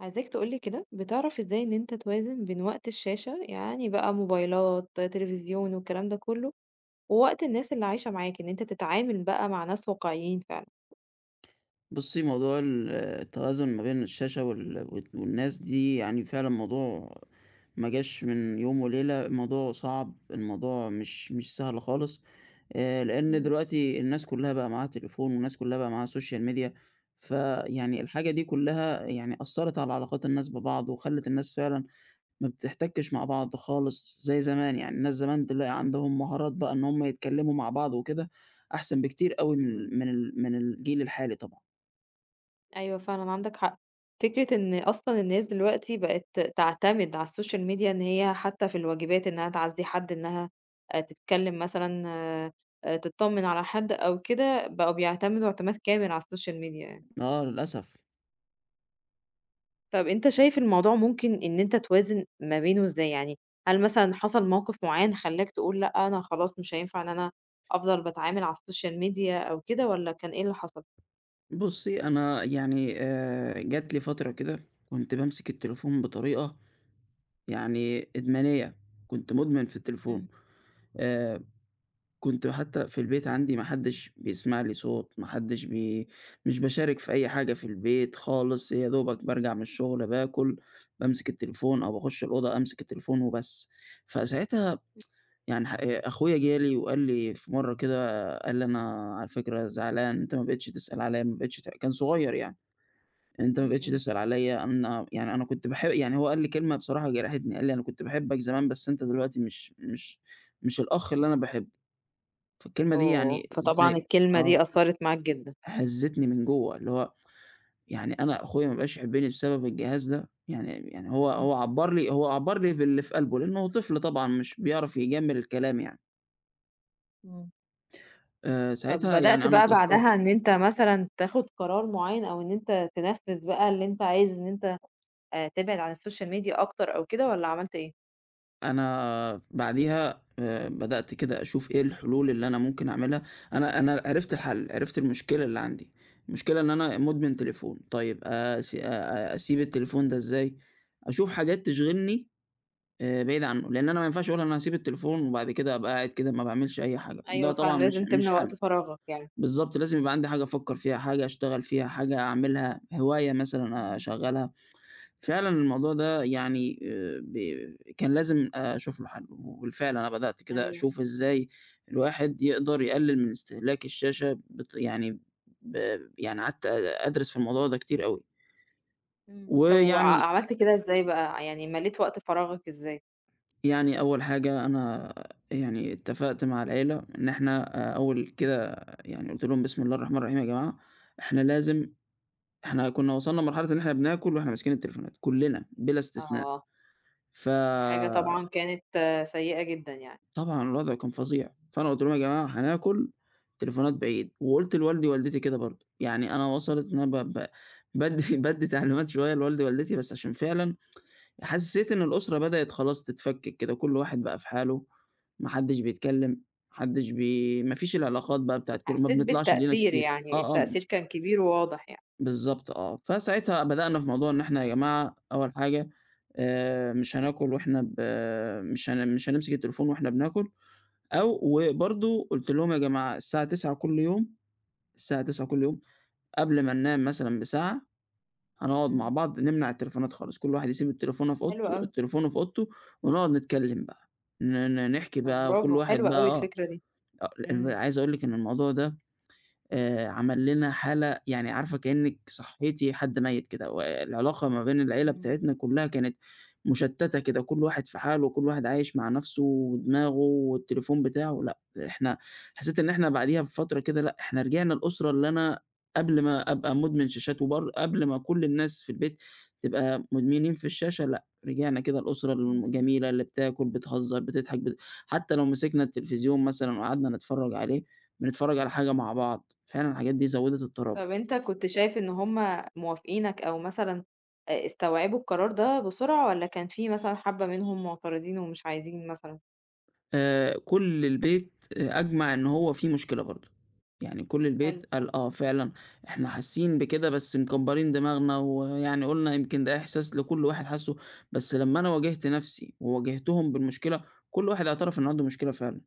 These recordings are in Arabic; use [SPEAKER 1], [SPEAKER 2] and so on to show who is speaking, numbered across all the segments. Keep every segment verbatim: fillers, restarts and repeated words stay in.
[SPEAKER 1] عايزاك تقول لي كده بتعرف إزاي إن أنت توازن بين وقت الشاشة، يعني بقى موبايلات، تليفزيون والكلام ده كله، ووقت الناس اللي عايشة معاك، إن أنت تتعامل بقى مع ناس واقعيين فعلًا.
[SPEAKER 2] بُصّي، موضوع ال التوازن ما بين الشاشة وال وال والناس دي يعني فعلًا موضوع ما جاش من يوم وليلة، الموضوع صعب، الموضوع مش مش سهل خالص، آآ لإن
[SPEAKER 1] إمم،
[SPEAKER 2] دلوقتي الناس كلّها بقى معاها تليفون والناس كلّها بقى معاها social media، فيعني الحاجة دي كلّها يعني أثّرت على علاقات الناس ببعض وخلّت الناس فعلًا ما بتحتكِّش مع بعض خالص زي زمان، يعني الناس زمان تلاقي عندهم مهارات بقى إن هم يتكلّموا مع بعض وكده أحسن بكتير أوي من ال
[SPEAKER 1] إمم.
[SPEAKER 2] من ال من الجيل الحالي طبعًا.
[SPEAKER 1] أيوه فعلًا عندك حق. فكرة إن أصلًا الناس دلوقتي بقت تعتمد على السوشيال ميديا إن هي حتى في الواجبات إنها تعزّي حد، إنها آآ تتكلم مثلًا آآ تطمن على حد أو كده، بقوا بيعتمدوا اعتماد كامل على السوشيال ميديا يعني.
[SPEAKER 2] آه، للأسف.
[SPEAKER 1] طب أنت شايف الموضوع ممكن إن أنت توازن ما بينه إزاي يعني؟ هل مثلًا حصل موقف معيّن خلّاك تقول لأ، أنا خلاص مش هينفع إن أنا أفضل باتعامل على السوشيال ميديا أو كده والّا كان إيه اللي حصل؟
[SPEAKER 2] بُصّي، أنا يعني آآ جات لي فترة كده كنت بامسك التليفون بطريقة يعني إدمانية، كنت مُدمن في التليفون.
[SPEAKER 1] إمم،
[SPEAKER 2] آآ كنت حتى في البيت عندي ما حدّش بيسمع لي صوت، ما حدّش بي مش باشارك في أي حاجة في البيت خالص، يا دوبك بارجع من الشغل باكل، بامسك التليفون أو باخُش الأوضة أمسك التليفون وبس. فساعتها يعني ح أخويا جه لي وقال لي في مرّة كده، قال لي: "أنا على فكرة زعلان، أنت ما بقيتش تسأل عليَّ، ما بقيتش ت" كان صغيّر يعني، "أنت ما
[SPEAKER 1] إمم،
[SPEAKER 2] بقيتش
[SPEAKER 1] إمم.
[SPEAKER 2] تسأل عليَّ، أنا يعني أنا كنت باح" يعني هو قال لي كلمة بصراحة جرحتني، قال لي: "أنا كنت باحبك زمان بس أنت دلوقتي مش مش مش الأخ اللي أنا باحبه." فالكلمة دي
[SPEAKER 1] أوه!
[SPEAKER 2] يعني إزاي.
[SPEAKER 1] فطبعًا الكلمة
[SPEAKER 2] آه،
[SPEAKER 1] دي أثّرت معاك جدًا.
[SPEAKER 2] هزّتني من جوّه، اللي هو يعني أنا أخويا ما بقاش يحبني بسبب الجهاز ده! يعني يعني هو
[SPEAKER 1] إمم،
[SPEAKER 2] هو عبّر لي هو عبّر لي باللي في قلبه، لإنه طفل طبعًا مش بيعرف يجمّل الكلام يعني.
[SPEAKER 1] إمم.
[SPEAKER 2] آآ،
[SPEAKER 1] طب
[SPEAKER 2] ساعتها يعني
[SPEAKER 1] بدأت
[SPEAKER 2] أنا
[SPEAKER 1] بقى
[SPEAKER 2] اتأثّرت.
[SPEAKER 1] بعدها إن أنت مثلًا تاخد قرار معيّن أو إن أنت تنفّذ بقى اللي أنت عايز إن أنت آآ تبعد عن السوشيال ميديا أكتر أو كده والّا عملت إيه؟
[SPEAKER 2] أنا بعديها آآ بدأت كده أشوف إيه الحلول اللي أنا ممكن أعملها، أنا أنا عرفت الحل، عرفت المشكلة اللي عندي، المشكلة إن أنا
[SPEAKER 1] إمم.
[SPEAKER 2] مدمن تليفون. طيب أس أ أسيب التليفون ده إزاي؟ أشوف حاجات تشغلني آآ بعيد عنه، لإن أنا ما ينفعش أقول أنا هاسيب التليفون وبعد كده أبقى قاعد كده ما باعملش أي حاجة، ده
[SPEAKER 1] أيوه
[SPEAKER 2] طبعًا
[SPEAKER 1] فعلًا
[SPEAKER 2] مش
[SPEAKER 1] لازم تملى
[SPEAKER 2] مش حل.
[SPEAKER 1] وقت فراغك يعني.
[SPEAKER 2] بالضبط لازم يبقى عندي حاجة أفكّر فيها، حاجة أشتغل فيها، حاجة أعملها، هواية مثلًا
[SPEAKER 1] إمم.
[SPEAKER 2] أشغّلها. فعلًا الموضوع ده يعني آآ ب كان لازم أشوف له حل، وبالفعل أنا بدأت كده
[SPEAKER 1] أيوه.
[SPEAKER 2] أشوف إزاي الواحد يقدر يقلل من استهلاك الشاشة بط يعني ب يعني قعدت أ أدرس في الموضوع ده كتير أوي.
[SPEAKER 1] إمم. طب وع
[SPEAKER 2] ويعني
[SPEAKER 1] عملت كده إزاي بقى؟ يعني مليت وقت فراغك إزاي؟
[SPEAKER 2] يعني أول حاجة أنا يعني اتفقت مع العيلة إن إحنا أ أول كده يعني قُلت لهم: "بسم الله الرحمن الرحيم يا جماعة، إحنا لازم." إحنا كنا وصلنا لمرحلة إن إحنا بناكل وإحنا ماسكين التليفونات، كلنا بلا استثناء.
[SPEAKER 1] آه.
[SPEAKER 2] ف
[SPEAKER 1] دي حاجة طبعًا كانت سيئة جدًا يعني.
[SPEAKER 2] طبعًا الوضع كان فظيع، فأنا قُلت لهم: "يا جماعة هناكل، تليفونات بعيد." وقُلت لوالدي ووالدتي كده برضه، يعني أنا وصلت إن أنا ب ب بادّي بادّي تعليمات شوية لوالدي ووالدتي، بس عشان فعلًا حسّيت إن الأسرة بدأت خلاص تتفكِّك كده، كل واحد بقى في حاله، ما حدّش بيتكلّم، ما حدّش بي ما فيش العلاقات بقى بتاعة كل ما
[SPEAKER 1] حسّيت
[SPEAKER 2] بنطلعش لينا
[SPEAKER 1] بالتأثير
[SPEAKER 2] كتير.
[SPEAKER 1] يعني،
[SPEAKER 2] آه، آه. م
[SPEAKER 1] التأثير كان كبير وواضح يعني.
[SPEAKER 2] بالضبط، آه. فساعتها بدأنا في موضوع إن إحنا يا جماعة أول حاجة آآ مش هناكل وإحنا ب مش هن مش هنمسك التليفون وإحنا بناكل، أو وبرضه قُلت لهم: "يا جماعة الساعة تسعة كل يوم، الساعة تسعة كل يوم قبل ما ننام مثلًا بساعة، هنقعد مع
[SPEAKER 1] إمم.
[SPEAKER 2] بعض نمنع التليفونات خالص، كل واحد يسيب التليفونة في
[SPEAKER 1] حلو
[SPEAKER 2] أوضته
[SPEAKER 1] أوي.
[SPEAKER 2] تليفونه في أوضته ونقعد نتكلم بقى، ن ن نحكي
[SPEAKER 1] طب
[SPEAKER 2] بقى وكل
[SPEAKER 1] برافو،
[SPEAKER 2] واحد
[SPEAKER 1] حلوة
[SPEAKER 2] بقى."
[SPEAKER 1] أوي
[SPEAKER 2] آه،
[SPEAKER 1] الفكرة دي.
[SPEAKER 2] آه. لأن
[SPEAKER 1] إمم.
[SPEAKER 2] عايز أقول لِك إن الموضوع ده آآ عمل لنا حالة يعني عارفة كإنِّك صحّيتِ حد ميّت كده، والعلاقة ما بين العيلة
[SPEAKER 1] إمم.
[SPEAKER 2] بتاعتنا كلّها كانت مشتّتة كده، كل واحد في حاله وكل واحد عايش مع نَفْسه ودماغه والتليفون بتاعه، لأ، إحنا، حسّيت إن إحنا
[SPEAKER 1] أيوه.
[SPEAKER 2] بعديها بفترة كده. لأ، إحنا رجعنا الأسرة اللي أنا قبل ما أبقى مدمن شاشات وبر قبل ما كل الناس في البيت تبقى مدمنين في الشاشة، لأ، رجعنا كده الأسرة
[SPEAKER 1] إمم.
[SPEAKER 2] الجميلة اللي بتاكل، بتهزّر، بتضحك، بت حتى لو مسكنا التلفزيون مثلًا وقعدنا نتفرّج عليه، بنتفرّج على حاجة مع بعض، فعلًا الحاجات دي زوّدت الترابط.
[SPEAKER 1] طب أنت كنت شايف إن هم موافقينك أو مثلًا أ استوعبوا القرار ده بسرعة والّا كان في مثلًا حبّة منهم معترضين ومش عايزين مثلًا؟
[SPEAKER 2] آآ كل البيت آآ أجمع إن هو في مشكلة برضه، يعني كل
[SPEAKER 1] حلو.
[SPEAKER 2] البيت قال آه، فعلًا إحنا حاسين بكده بس مكبّرين دماغنا ويعني قُلنا يمكن ده إحساس لكل واحد حاسّه، بس لمّا أنا واجهت نَفْسي وواجهتهم بالمشكلة، كل واحد اعترف إن عنده مشكلة فعلًا.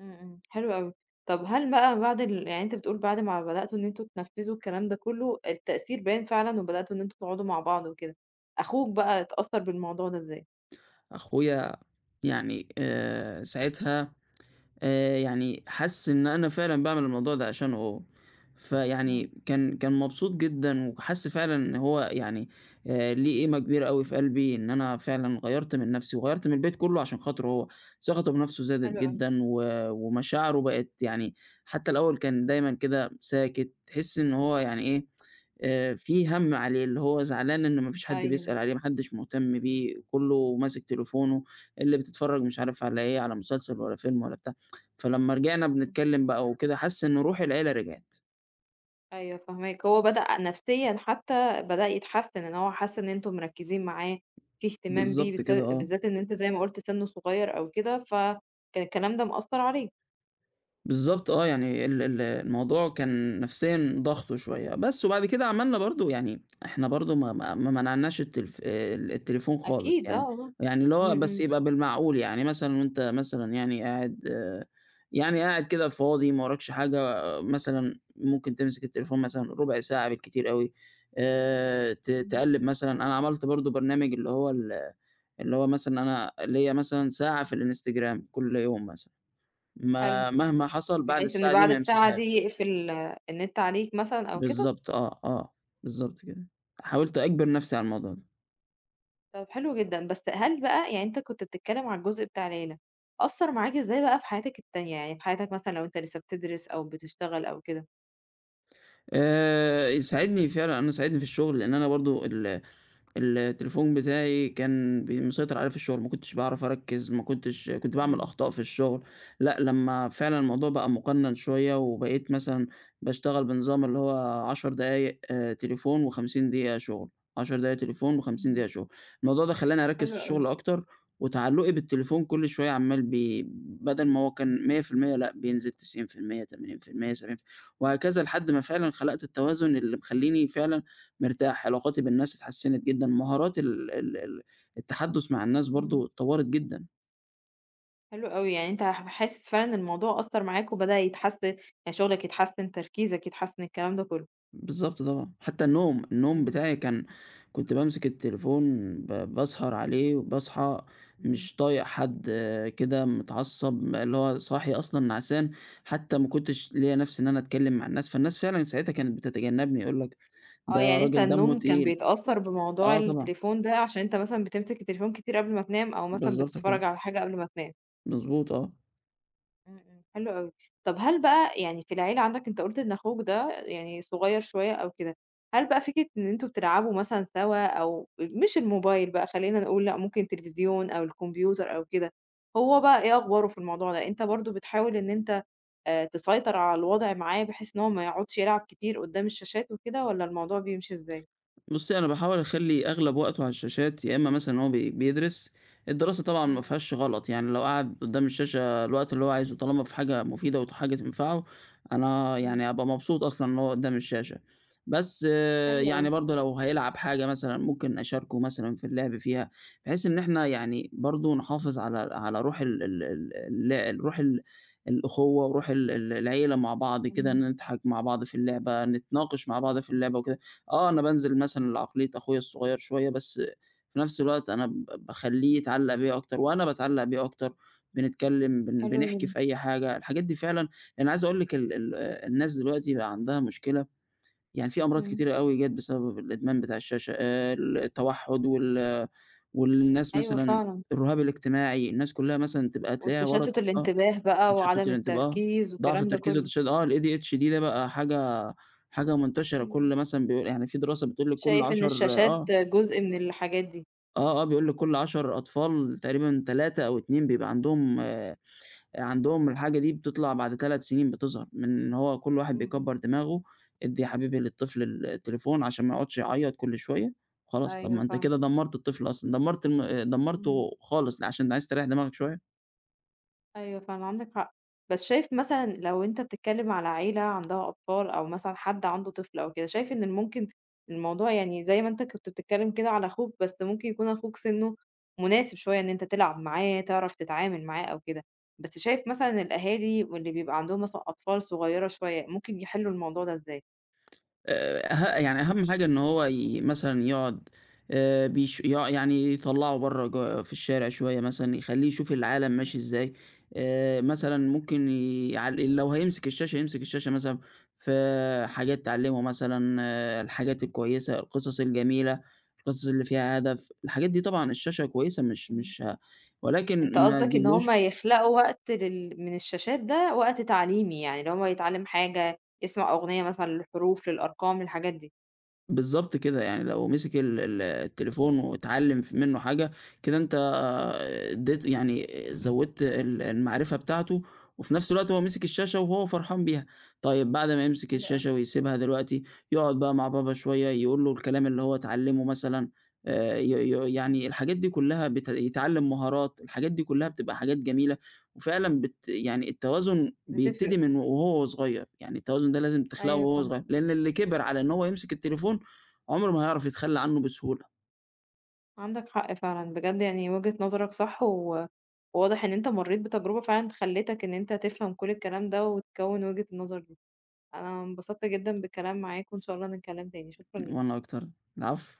[SPEAKER 1] إمم، إمم، حلو أوي. طب هل بقى بعد ال يعني أنت بتقول بعد ما بدأتوا إن أنتم تنفّذوا الكلام ده كلّه، التأثير باين فعلًا وبدأتوا إن أنتم تقعدوا مع بعض وكده، أخوك بقى اتأثّر بالموضوع ده إزاي؟
[SPEAKER 2] أخويا يعني آآ ساعتها آآ يعني حَس إن أنا فعلًا باعمل الموضوع ده عشانه هو،
[SPEAKER 1] إمم.
[SPEAKER 2] فيعني كان كان مبسوط جدًا وحَس فعلًا إن هو يعني آآ ليه قيمة كبيرة أوي في قلبي، إن أنا فعلًا غيّرت من نَفْسي وغيّرت من البيت كُلّه عشان خاطره هو. ثقته بنَفْسه زادت
[SPEAKER 1] حلو أوي،
[SPEAKER 2] جدًا، و ومشاعره بقت يعني حتى الأول كان دايمًا كده ساكت، تحِس إن هو يعني إيه. آآ في هَم عليه، اللي هو زعلان إن ما فيش حد
[SPEAKER 1] أيوه،
[SPEAKER 2] بيسأل عليه، ما حدّش مهتم بيه، كُلّه ماسك تليفونه، اللي بتتفرّج مش عارف على إيه، على مسلسل والّا فيلم والّا بتاع. فلمّا رجعنا
[SPEAKER 1] إمم،
[SPEAKER 2] بنتكلّم بقى وكده، حاسس إن روح العيلة رجعت.
[SPEAKER 1] أيوه فاهماك. هو بدأ نفسيًا حتى بدأ يتحسّن، إن هو حَس إن أنتم مركّزين معاه، في اهتمام بيه
[SPEAKER 2] بالضبط كده،
[SPEAKER 1] بالذ
[SPEAKER 2] آه.
[SPEAKER 1] بالذات إن أنت زي ما قُلت سِنّه صغير أو كده، فكان الكلام ده مأثّر عليه.
[SPEAKER 2] بالضبط، آه. يعني ال ال الموضوع كان نفسيًا ضاغطه شوية، بس وبعد كده عملنا برضه
[SPEAKER 1] إمم.
[SPEAKER 2] يعني إحنا برضه ما ما ما منعناش التلف آآ ال التليفون خالص
[SPEAKER 1] أكيد آه،
[SPEAKER 2] يعني،
[SPEAKER 1] آه.
[SPEAKER 2] يعني اللي هو
[SPEAKER 1] إمم،
[SPEAKER 2] بس
[SPEAKER 1] إمم،
[SPEAKER 2] يبقى بالمعقول، يعني مثلًا وأنت مثلًا يعني قاعد يعني قاعد كده فاضي ما وراكش حاجة مثلًا ممكن تمسك التليفون مثلًا ربع ساعة بالكتير أوي، آآ ت
[SPEAKER 1] إمم،
[SPEAKER 2] تقلّب مثلًا أنا عملت برضه برنامج اللي هو ال اللي هو مثلًا أنا ليّا مثلًا ساعة في الإنستجرام كل يوم مثلًا،
[SPEAKER 1] حلو.
[SPEAKER 2] ما مهما حصل بعد
[SPEAKER 1] بحيث إن
[SPEAKER 2] الساعة دي
[SPEAKER 1] بعد
[SPEAKER 2] ما
[SPEAKER 1] الساعة دي
[SPEAKER 2] امسكهاش.
[SPEAKER 1] يقفل آه، النت عليك مثلًا أو كده؟
[SPEAKER 2] بالضبط، آه، آه، بالضبط كده. حاولت أجبر نفسي على الموضوع ده.
[SPEAKER 1] طب حلو جدًا، بس هل بقى يعني أنت كنت بتتكلم على الجزء بتاع العيلة، أثّر معاك إزاي بقى في حياتك التانية، يعني في حياتك مثلًا لو أنت لسه بتدرس أو بتشتغل أو كده؟
[SPEAKER 2] آآ يساعدني فعلًا، أنا ساعدني في الشغل، لإن أنا برضه ال التليفون بتاعي كان بي مسيطر عليه في الشغل، ما كنتش باعرف أركّز، ما كنتش كنت باعمل
[SPEAKER 1] إمم.
[SPEAKER 2] أخطاء في الشغل. لأ، لمّا فعلًا الموضوع بقى مقنّن شوية، وبقيت مثلًا باشتغل بنظام اللي هو عشر دقايق آه، تليفون و50 دقيقة شغل، عشر دقايق تليفون و50
[SPEAKER 1] إمم.
[SPEAKER 2] دقيقة شغل، الموضوع ده خلّاني أركّز في
[SPEAKER 1] حلو أوي.
[SPEAKER 2] الشغل أكتر، وتعلُّقي بالتليفون كل شوية عمّال بي بدل ما هو كان مية في المية لأ بينزل تسعين بالمية، تمانين بالمية، سبعين بالمية وهكذا لحد ما فعلًا خلقت التوازن اللي مخلّيني فعلًا مرتاح، علاقاتي بالناس اتحسنت جدًا، مهارات ال ال ال التحدُّث مع الناس
[SPEAKER 1] إمم.
[SPEAKER 2] برضه اتطوّرت جدًا.
[SPEAKER 1] حلو أوي، يعني أنت ح حاسس فعلًا إن الموضوع أثّر معاك وبدأ يتحسن يعني شغلك يتحسن، تركيزك يتحسن، الكلام ده كله.
[SPEAKER 2] بالضبط طبعًا. حتى النوم، النوم
[SPEAKER 1] إمم.
[SPEAKER 2] بتاعي كان كنت بامسك التليفون ب باسهر عليه وباصحى
[SPEAKER 1] إمم.
[SPEAKER 2] مش طايق حد، آه، كده متعصّب، م اللي هو صاحي أصلًا نعسان، حتى ما كنتش ليّا نَفْس إن أنا أتكلّم مع الناس، فالناس فعلًا ساعتها كانت بتتجنّبني، يقول لك ده
[SPEAKER 1] آه، يعني أنت
[SPEAKER 2] راجل دمُّه
[SPEAKER 1] النوم كان
[SPEAKER 2] تقيل.
[SPEAKER 1] بيتأثّر بموضوع
[SPEAKER 2] آه، طبعًا.
[SPEAKER 1] التليفون ده عشان أنت مثلًا بتمسك التليفون كتير قبل ما تنام أو مثلًا
[SPEAKER 2] بالضبط كده،
[SPEAKER 1] بتتفرج على حاجة قبل ما تنام.
[SPEAKER 2] مضبوط، آه.
[SPEAKER 1] إمم، إمم، حلو أوي. طب هل بقى يعني في العيلة عندك أنت قُلت إن أخوك ده يعني صغير شوية أو كده، هل بقى فكرة إن أنتم بتلعبوا مثلًا سوا أو مش الموبايل بقى خلّينا نقول لأ، ممكن التلفزيون أو الكمبيوتر أو كده، هو بقى إيه أخباره في الموضوع ده؟ أنت برضه بتحاول إن أنت آآ تسيطر على الوضع معاه بحيث إن هو ما يقعدش يلعب كتير قدّام الشاشات وكده والّا الموضوع بيمشي إزاي؟
[SPEAKER 2] بُصّي، أنا باحاول أخلّي أغلب وقته على الشاشات، يا إمّا مثلًا هو بي بيدرس، الدراسة طبعًا ما
[SPEAKER 1] إمم،
[SPEAKER 2] فيهاش غلط، يعني لو قعد قدّام الشاشة الوقت اللي هو عايزه طالما في حاجة مفيدة وحاجة تنفعه، أنا
[SPEAKER 1] إمم،
[SPEAKER 2] يعني أبقى مبسوط أصلًا إن هو قدّام الشاشة، بس آه،
[SPEAKER 1] حلو
[SPEAKER 2] يعني
[SPEAKER 1] أوي،
[SPEAKER 2] برضه لو هيلعب حاجة مثلًا ممكن أشاركه مثلًا في اللعب فيها، بحيث إن إحنا يعني برضه نحافظ على على روح ال ال ال ال ال روح ال الأخوة وروح ال ال العيلة مع بعض كده،
[SPEAKER 1] إمم،
[SPEAKER 2] نضحك مع بعض في اللعبة، نتناقش مع بعض في اللعبة وكده، آه، أنا بانزل مثلًا لعقلية أخويا الصغيّر شوية، بس في نفس الوقت أنا ب باخلّيه يتعلّق بيّا أكتر وأنا باتعلّق بيه أكتر، بنتكلّم، بن
[SPEAKER 1] حلو
[SPEAKER 2] بنحكي
[SPEAKER 1] جدًا،
[SPEAKER 2] في أي حاجة، الحاجات دي فعلًا أنا عايز أقول لِك ال ال الناس دلوقتي بقى عندها مشكلة، يعني في أمراض
[SPEAKER 1] إمم.
[SPEAKER 2] كتيرة أوي جات بسبب الإدمان بتاع الشاشة. آآ التوحُّد وال والناس
[SPEAKER 1] أيوه
[SPEAKER 2] مثلًا
[SPEAKER 1] فعلًا.
[SPEAKER 2] الرهاب الاجتماعي، الناس كُلّها مثلًا تبقى تلاقيها ورا الت
[SPEAKER 1] والتشتت
[SPEAKER 2] آه.
[SPEAKER 1] الانتباه بقى
[SPEAKER 2] تشتُّت
[SPEAKER 1] وعدم
[SPEAKER 2] الانتباه،
[SPEAKER 1] التركيز
[SPEAKER 2] ضعف
[SPEAKER 1] والكلام ده
[SPEAKER 2] التركيز
[SPEAKER 1] كله.
[SPEAKER 2] والتشد آه الADHD ده بقى حاجة حاجة منتشرة.
[SPEAKER 1] إمم.
[SPEAKER 2] كُلّ مثلًا بيقول، يعني في دراسة بتقول لِك كُلّ
[SPEAKER 1] شايف إن
[SPEAKER 2] عشرة،
[SPEAKER 1] الشاشات
[SPEAKER 2] آه،
[SPEAKER 1] جزء من الحاجات دي.
[SPEAKER 2] آه، آه، بيقول لِك كُلّ عشر أطفال تقريبًا تلاتة أو اتنين بيبقى عندهم آآ، عندهم الحاجة دي بتطلع بعد تلات سنين بتظهر، من إن هو كُلّ واحد
[SPEAKER 1] إمم.
[SPEAKER 2] بيكبّر دماغه، ادّي يا حبيبي للطفل ال التليفون عشان ما يقعدش يعيّط كُلّ شوية، خلاص طب
[SPEAKER 1] أيوه
[SPEAKER 2] ما أنت
[SPEAKER 1] فاهمة.
[SPEAKER 2] كده دمّرت الطفل أصلًا، دمّرت الم آآ،
[SPEAKER 1] إمم.
[SPEAKER 2] دمّرته خالص عشان عايز تريّح دماغك شوية.
[SPEAKER 1] أيوه فاهمة، عندِك حق. بس شايف مثلًا لو أنت بتتكلم على عيلة عندها أطفال أو مثلًا حد عنده طفل أو كده، شايف إن ممكن الموضوع يعني زي ما أنت كنت بتتكلم كده على أخوك، بس ممكن يكون أخوك سِنُّه مناسب شوية إن أنت تلعب معاه، تعرف تتعامل معاه أو كده. بس شايف مثلًا الأهالي واللي بيبقى عندهم مثلًا أطفال صغيرة شوية، ممكن يحلّوا الموضوع ده إزاي؟
[SPEAKER 2] آآ أه يعني أهم حاجة إن هو ي مثلًا يقعد، آآ بيش يق يعني يطلّعه برّه ج في الشارع شوية مثلًا، يخلّيه يشوف العالم ماشي
[SPEAKER 1] إمم.
[SPEAKER 2] إزاي، آآ مثلًا
[SPEAKER 1] إمم،
[SPEAKER 2] ممكن ي- يعل لو هيمسك الشاشة يمسك الشاشة مثلًا في حاجات تعلّمه مثلًا، آه، الحاجات الكويسة، القصص الجميلة، القصص اللي فيها هدف، الحاجات دي طبعًا الشاشة كويسة، مش
[SPEAKER 1] إمم.
[SPEAKER 2] مش ه
[SPEAKER 1] أنت
[SPEAKER 2] ولكن ما
[SPEAKER 1] قصدك إن هم
[SPEAKER 2] تجيبلوش.
[SPEAKER 1] يخلقوا وقت لل من الشاشات ده وقت تعليمي، يعني اللي هو يتعلم حاجة، يسمع أغنية مثلًا للحروف، للأرقام، للحاجات دي.
[SPEAKER 2] بالضبط كده، يعني لو مسك ال ال التليفون واتعلّم ف منّه حاجة، كده أنت، آه، ادّيت يعني زوّدت ال المعرفة بتاعته، وفي نفس الوقت هو مسك
[SPEAKER 1] إمم،
[SPEAKER 2] الشاشة وهو فرحان بيها. طيب بعد ما يمسك
[SPEAKER 1] حلو أوي،
[SPEAKER 2] الشاشة ويسيبها دلوقتي، يقعد بقى مع بابا شوية يقول له الكلام اللي هو اتعلّمه مثلًا، آآ ي ي
[SPEAKER 1] إمم،
[SPEAKER 2] يعني الحاجات دي كلّها بت يتعلّم مهارات، الحاجات دي كلّها بتبقى حاجات جميلة، وفعلًا بت يعني التوازن بيبتدي
[SPEAKER 1] بتفرق،
[SPEAKER 2] من وهو صغير، يعني التوازن ده لازم تخلقه
[SPEAKER 1] أيوه
[SPEAKER 2] وهو
[SPEAKER 1] فاهمة،
[SPEAKER 2] صغير، لإن اللي كِبِر على إن هو يمسك التليفون عمره ما هيعرف يتخلّى عنّه بسهولة.
[SPEAKER 1] عندك حق فعلًا بجد يعني وجهة نظرك صح، و وواضح إن أنت مرّيت بتجربة فعلًا خلّتك إن أنت تفهم كل الكلام ده وتكوّن وجهة النظر دي. أنا انبسطت جدًا بالكلام معاك وإن شاء الله نتكلم تاني، شكرًا ليك.
[SPEAKER 2] وأنا أكتر، العفو.